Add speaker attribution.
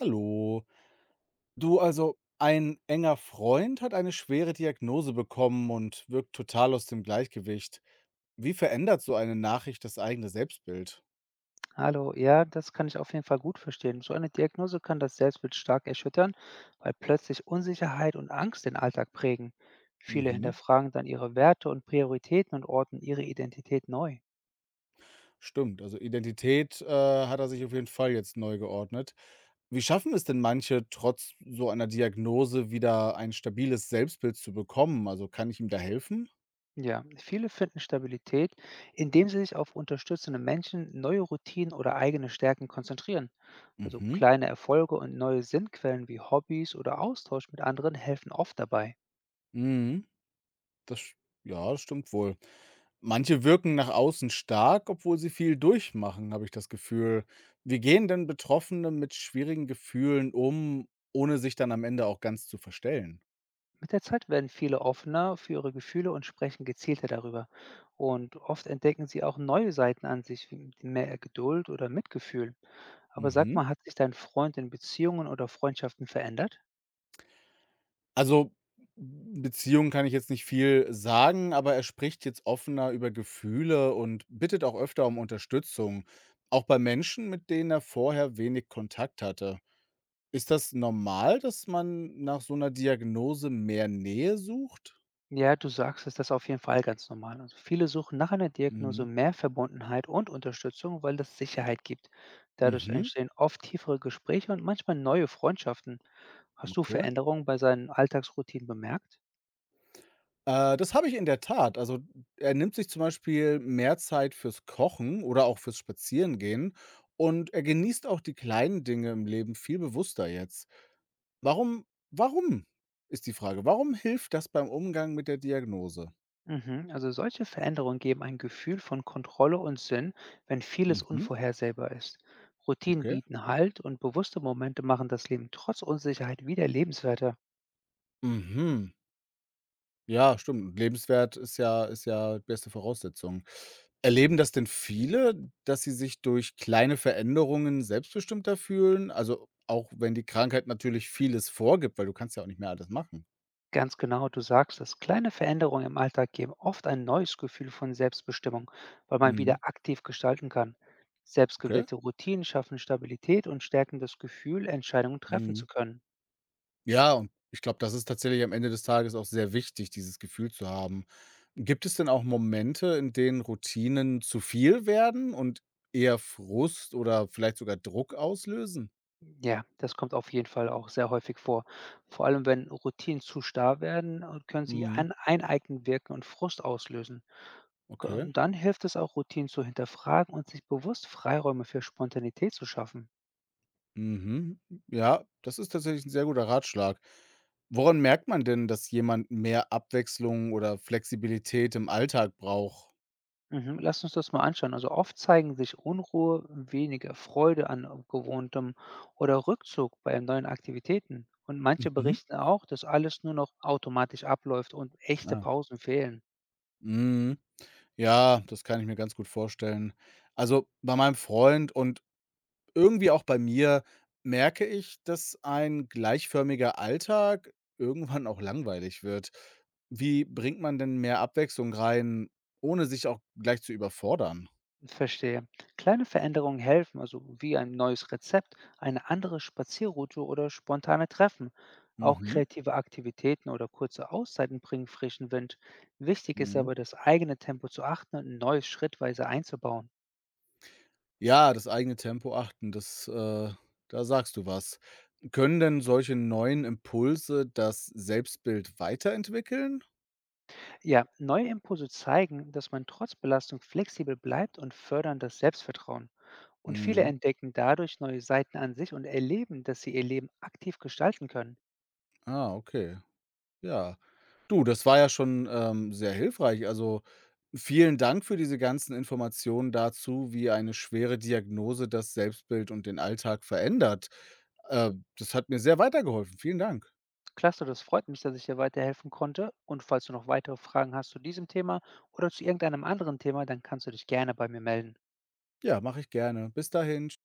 Speaker 1: Hallo. Du, also ein enger Freund hat eine schwere Diagnose bekommen und wirkt total aus dem Gleichgewicht. Wie verändert so eine Nachricht das eigene Selbstbild?
Speaker 2: Hallo, ja, das kann ich auf jeden Fall gut verstehen. So eine Diagnose kann das Selbstbild stark erschüttern, weil plötzlich Unsicherheit und Angst den Alltag prägen. Viele
Speaker 1: Mhm,
Speaker 2: hinterfragen dann ihre Werte und Prioritäten und ordnen ihre Identität neu.
Speaker 1: stimmt. Also Identität hat er sich auf jeden Fall jetzt neu geordnet. Wie schaffen es denn manche, trotz so einer Diagnose wieder ein stabiles Selbstbild zu bekommen? Also kann ich ihm da helfen?
Speaker 2: Ja, viele finden Stabilität, indem sie sich auf unterstützende Menschen, neue Routinen oder eigene Stärken konzentrieren. Also
Speaker 1: Mhm.
Speaker 2: kleine Erfolge und neue Sinnquellen wie Hobbys oder Austausch mit anderen helfen oft dabei.
Speaker 1: Mhm. Das sch Ja, das stimmt wohl. Manche wirken nach außen stark, obwohl sie viel durchmachen, habe ich das Gefühl. Wie gehen denn Betroffene mit schwierigen Gefühlen um, ohne sich dann am Ende auch ganz zu verstellen?
Speaker 2: Mit der Zeit werden viele offener für ihre Gefühle und sprechen gezielter darüber. Und oft entdecken sie auch neue Seiten an sich, wie mehr Geduld oder Mitgefühl. Aber sag
Speaker 1: Mhm.
Speaker 2: mal, hat sich dein Freund in Beziehungen oder Freundschaften verändert?
Speaker 1: Also, Beziehungen kann ich jetzt nicht viel sagen, aber er spricht jetzt offener über Gefühle und bittet auch öfter um Unterstützung, auch bei Menschen, mit denen er vorher wenig Kontakt hatte. Ist das normal, dass man nach so einer Diagnose mehr Nähe sucht?
Speaker 2: Ja, du sagst es, das ist auf jeden Fall ganz normal. Also viele suchen nach einer Diagnose
Speaker 1: Mhm.
Speaker 2: mehr Verbundenheit und Unterstützung, weil das Sicherheit gibt. Dadurch
Speaker 1: Mhm.
Speaker 2: entstehen oft tiefere Gespräche und manchmal neue Freundschaften. Hast du
Speaker 1: Okay.
Speaker 2: Veränderungen bei seinen Alltagsroutinen bemerkt?
Speaker 1: Das habe ich in der Tat. Also, er nimmt sich zum Beispiel mehr Zeit fürs Kochen oder auch fürs Spazierengehen und er genießt auch die kleinen Dinge im Leben viel bewusster jetzt. Warum warum ist die Frage. Warum hilft das beim Umgang mit der Diagnose?
Speaker 2: Mhm. Also solche Veränderungen geben ein Gefühl von Kontrolle und Sinn, wenn vieles
Speaker 1: Mhm,
Speaker 2: unvorhersehbar ist. Routinen
Speaker 1: okay.
Speaker 2: bieten Halt und bewusste Momente machen das Leben trotz Unsicherheit wieder lebenswerter.
Speaker 1: Mhm. Ja, stimmt. Lebenswert ist ja die beste Voraussetzung. Erleben das denn viele, dass sie sich durch kleine Veränderungen selbstbestimmter fühlen? Also, auch wenn die Krankheit natürlich vieles vorgibt, weil du kannst ja auch nicht mehr alles machen.
Speaker 2: Ganz genau, du sagst es. Kleine Veränderungen im Alltag geben oft ein neues Gefühl von Selbstbestimmung, weil man wieder
Speaker 1: Mhm.
Speaker 2: aktiv gestalten kann.
Speaker 1: Okay.
Speaker 2: Selbstgewählte Routinen schaffen Stabilität und stärken das Gefühl, Entscheidungen treffen zu
Speaker 1: Mhm.
Speaker 2: können.
Speaker 1: Ja, und ich glaube, das ist tatsächlich am Ende des Tages auch sehr wichtig, dieses Gefühl zu haben. Gibt es denn auch Momente, in denen Routinen zu viel werden und eher Frust oder vielleicht sogar Druck auslösen?
Speaker 2: Ja, das kommt auf jeden Fall auch sehr häufig vor. Vor allem, wenn Routinen zu starr werden, können sie
Speaker 1: Mhm.
Speaker 2: ein Eineigen wirken und Frust auslösen.
Speaker 1: Okay.
Speaker 2: Und dann hilft es auch, Routinen zu hinterfragen und sich bewusst Freiräume für Spontanität zu schaffen.
Speaker 1: Mhm. Ja, das ist tatsächlich ein sehr guter Ratschlag. Woran merkt man denn, dass jemand mehr Abwechslung oder Flexibilität im Alltag braucht?
Speaker 2: Mhm, lass uns das mal anschauen. Also oft zeigen sich Unruhe, weniger Freude an gewohntem oder Rückzug bei neuen Aktivitäten. Und manche
Speaker 1: Mhm.
Speaker 2: berichten auch, dass alles nur noch automatisch abläuft und echte
Speaker 1: Ah,
Speaker 2: Pausen fehlen.
Speaker 1: mhm. Ja, das kann ich mir ganz gut vorstellen. Also, bei meinem Freund und irgendwie auch bei mir merke ich, dass ein gleichförmiger Alltag irgendwann auch langweilig wird. Wie bringt man denn mehr Abwechslung rein, ohne sich auch gleich zu überfordern?
Speaker 2: Verstehe. Kleine Veränderungen helfen, also wie ein neues Rezept, eine andere Spazierroute oder spontane Treffen. Auch
Speaker 1: Mhm.
Speaker 2: kreative Aktivitäten oder kurze Auszeiten bringen frischen Wind. Wichtig ist
Speaker 1: Mhm.
Speaker 2: aber, das eigene Tempo zu achten und Neues schrittweise einzubauen.
Speaker 1: Ja, das eigene Tempo achten, da sagst du was. Können denn solche neuen Impulse das Selbstbild weiterentwickeln?
Speaker 2: Ja, neue Impulse zeigen, dass man trotz Belastung flexibel bleibt und fördern das Selbstvertrauen. Und viele
Speaker 1: Mhm.
Speaker 2: entdecken dadurch neue Seiten an sich und erleben, dass sie ihr Leben aktiv gestalten können.
Speaker 1: Ah, okay. Ja. Du, das war ja schon, sehr hilfreich. Also, vielen Dank für diese ganzen Informationen dazu, wie eine schwere Diagnose das Selbstbild und den Alltag verändert. Äh, Das hat mir sehr weitergeholfen. Vielen Dank.
Speaker 2: Klasse, das freut mich, dass ich dir weiterhelfen konnte. Und falls du noch weitere Fragen hast zu diesem Thema oder zu irgendeinem anderen Thema, dann kannst du dich gerne bei mir melden.
Speaker 1: Ja, mache ich gerne. Bis dahin.